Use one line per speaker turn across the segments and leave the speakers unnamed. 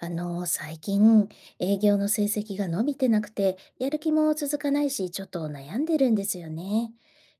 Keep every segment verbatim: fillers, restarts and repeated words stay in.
あの、最近営業の成績が伸びてなくて、やる気も続かないし、ちょっと悩んでるんですよね。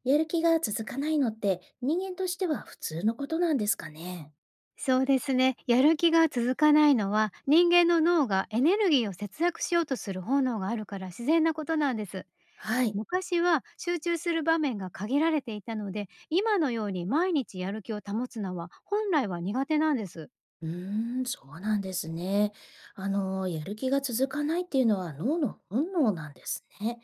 やる気が続かないのって人間としては普通のことなんですかね。
そうですね。やる気が続かないのは人間の脳がエネルギーを節約しようとする本能があるから自然なことなんです。
はい。
昔は集中する場面が限られていたので、今のように毎日やる気を保つのは本来は苦手なんです。
うーん、そうなんですね。あの、やる気が続かないっていうのは脳の本能なんですね。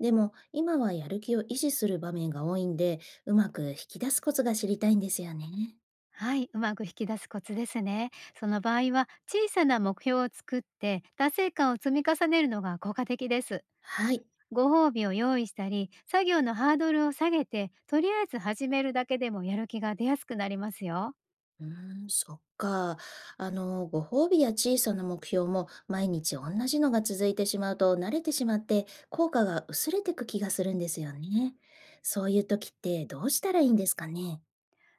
でも、今はやる気を維持する場面が多いんで、うまく引き出すコツが知りたいんですよね。
はい、うまく引き出すコツですね。その場合は小さな目標を作って達成感を積み重ねるのが効果的です。
はい。
ご褒美を用意したり作業のハードルを下げてとりあえず始めるだけでもやる気が出やすくなりますよ。
うーん、そっか。あの、ご褒美や小さな目標も毎日同じのが続いてしまうと慣れてしまって効果が薄れてく気がするんですよね。そういう時ってどうしたらいいんですかね。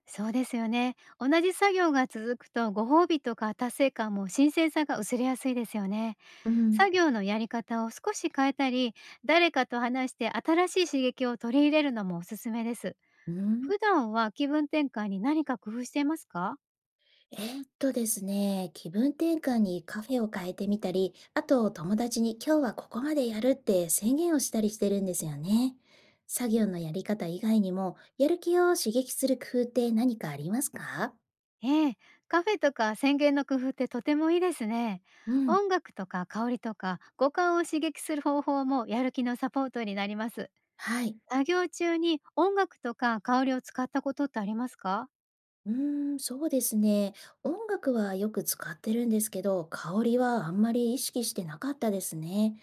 そうですよね。同じ作業が続くとご褒美とか達成感も新鮮さが薄れやすいですよね。
うん、
作業のやり方を少し変えたり、誰かと話して新しい刺激を取り入れるのもおすすめです。
うん、
普段は気分転換に何か工夫していますか？
えーっとですね、気分転換にカフェを変えてみたり、あと友達に今日はここまでやるって宣言をしたりしてるんですよね。作業のやり方以外にも、やる気を刺激する工夫って何かありますか？
ええ、カフェとか宣言の工夫ってとてもいいですね。
うん。
音楽とか香りとか五感を刺激する方法もやる気のサポートになります。
はい。
作業中に音楽とか香りを使ったことってありますか？
うーん、そうですね。音楽はよく使ってるんですけど、香りはあんまり意識してなかったですね。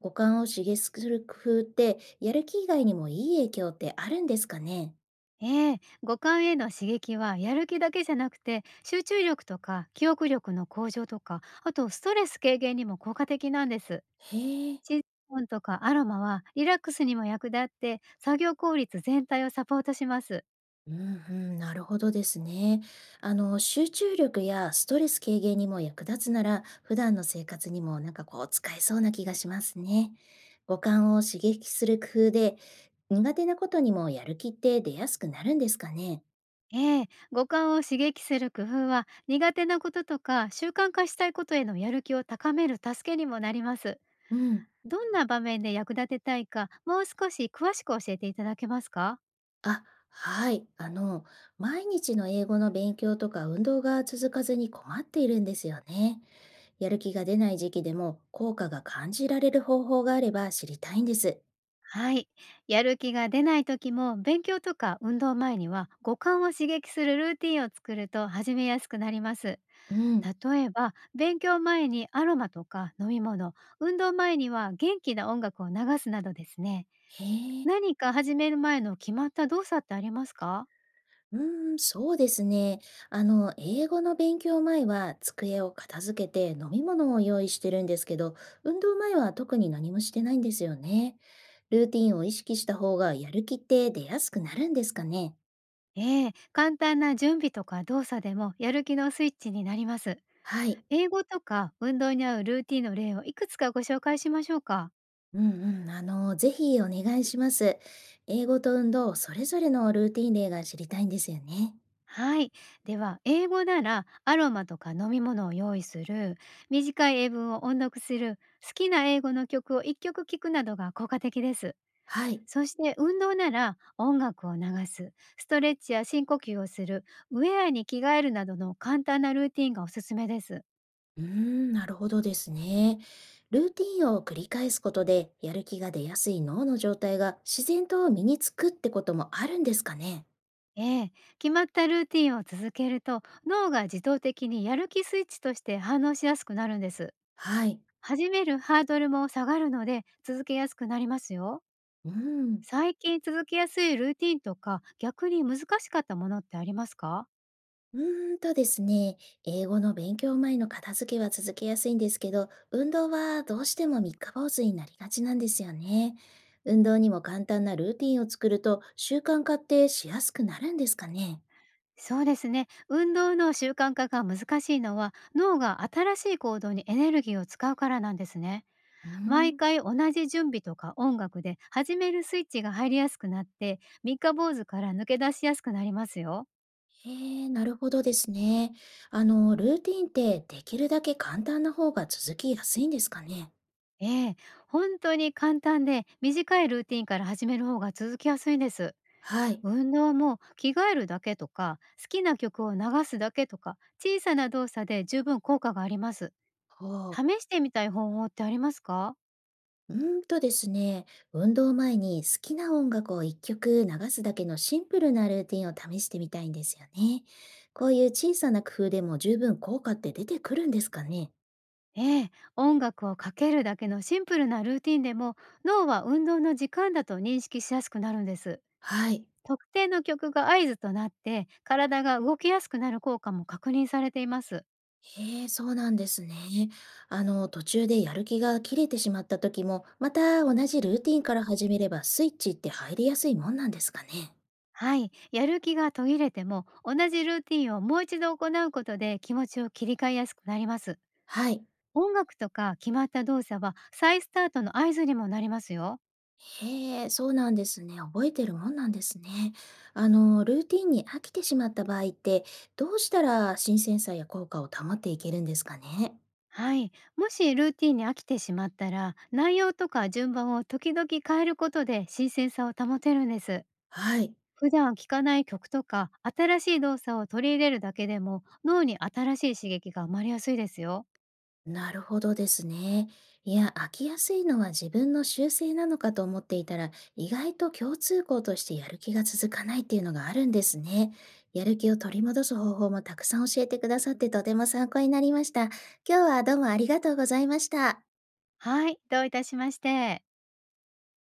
五感を刺激する工夫って、やる気以外にもいい影響ってあるんですかね？
ええ、五感への刺激はやる気だけじゃなくて集中力とか記憶力の向上とか、あとストレス軽減にも効果的なんです。
へえ。
チーンとかアロマはリラックスにも役立って作業効率全体をサポートします。
うんうん、なるほどですね。あの、集中力やストレス軽減にも役立つなら、普段の生活にもなんかこう使えそうな気がしますね。五感を刺激する工夫で、苦手なことにもやる気って出やすくなるんですかね？
ええ、五感を刺激する工夫は苦手なこととか習慣化したいことへのやる気を高める助けにもなります。
うん。
どんな場面で役立てたいか、もう少し詳しく教えていただけますか？
あ、はい。あの、毎日の英語の勉強とか運動が続かずに困っているんですよね。やる気が出ない時期でも効果が感じられる方法があれば知りたいんです。
はい。やる気が出ない時も勉強とか運動前には五感を刺激するルーティンを作ると始めやすくなります。
うん。
例えば勉強前にアロマとか飲み物、運動前には元気な音楽を流すなどですね。
へえ。
何か始める前の決まった動作ってありますか？
うーん、そうですね。あの、英語の勉強前は机を片付けて飲み物を用意してるんですけど、運動前は特に何もしてないんですよね。ルーティンを意識した方がやる気って出やすくなるんですかね。
ええ、簡単な準備とか動作でもやる気のスイッチになります。
はい。
英語とか運動に合うルーティンの例をいくつかご紹介しましょうか。
うんうん、あの、ぜひお願いします。英語と運動、それぞれのルーティン例が知りたいんですよね。
はい。では、英語ならアロマとか飲み物を用意する、短い英文を音読する、好きな英語の曲をいっきょく聴くなどが効果的です。
はい。
そして運動なら音楽を流す、ストレッチや深呼吸をする、ウェアに着替えるなどの簡単なルーティンがおすすめです。
うーん、なるほどですね。ルーティンを繰り返すことで、やる気が出やすい脳の状態が自然と身につくってこともあるんですかね。
ええ、決まったルーティンを続けると脳が自動的にやる気スイッチとして反応しやすくなるんです。
はい。
始めるハードルも下がるので続けやすくなりますよ。
うん。
最近続けやすいルーティンとか、逆に難しかったものってありますか？
うーんとですね、英語の勉強前の片付けは続けやすいんですけど、運動はどうしても三日坊主になりがちなんですよね。運動にも簡単なルーティンを作ると習慣化ってしやすくなるんですかね。
そうですね。運動の習慣化が難しいのは、脳が新しい行動にエネルギーを使うからなんですね。
うー
毎
ん。
回同じ準備とか音楽で始めるスイッチが入りやすくなって、三日坊主から抜け出しやすくなりますよ。
へえ、なるほどですね。あの、ルーティンってできるだけ簡単な方が続きやすいんですかね。
ええ、本当に簡単で短いルーティンから始める方が続きやすいんです。
はい。
運動も着替えるだけとか好きな曲を流すだけとか、小さな動作で十分効果があります。
ほう。
試してみたい方法ってありますか？
うーんとですね、運動前に好きな音楽をいっきょく流すだけのシンプルなルーティンを試してみたいんですよね。こういう小さな工夫でも十分効果って出てくるんですかね。
ええ、音楽をかけるだけのシンプルなルーティンでも脳は運動の時間だと認識しやすくなるんです。
はい。
特定の曲が合図となって体が動きやすくなる効果も確認されています。
へえ、そうなんですね。あの、途中でやる気が切れてしまった時も、また同じルーティンから始めればスイッチって入りやすいもんなんですかね。
はい、やる気が途切れても同じルーティンをもう一度行うことで気持ちを切り替えやすくなります。
はい。
音楽とか決まった動作は再スタートの合図にもなりますよ。
へえ、そうなんですね。覚えてるもんなんですね。あの、ルーティンに飽きてしまった場合って、どうしたら新鮮さや効果を保っていけるんですかね。
はい。もしルーティンに飽きてしまったら、内容とか順番を時々変えることで新鮮さを保てるんです。
はい。
普段聴かない曲とか、新しい動作を取り入れるだけでも、脳に新しい刺激が生まれやすいですよ。
なるほどですね。いや、飽きやすいのは自分の習性なのかと思っていたら、意外と共通項としてやる気が続かないっていうのがあるんですね。やる気を取り戻す方法もたくさん教えてくださってとても参考になりました。今日はどうもありがとうございました。
はい。どういたしまして。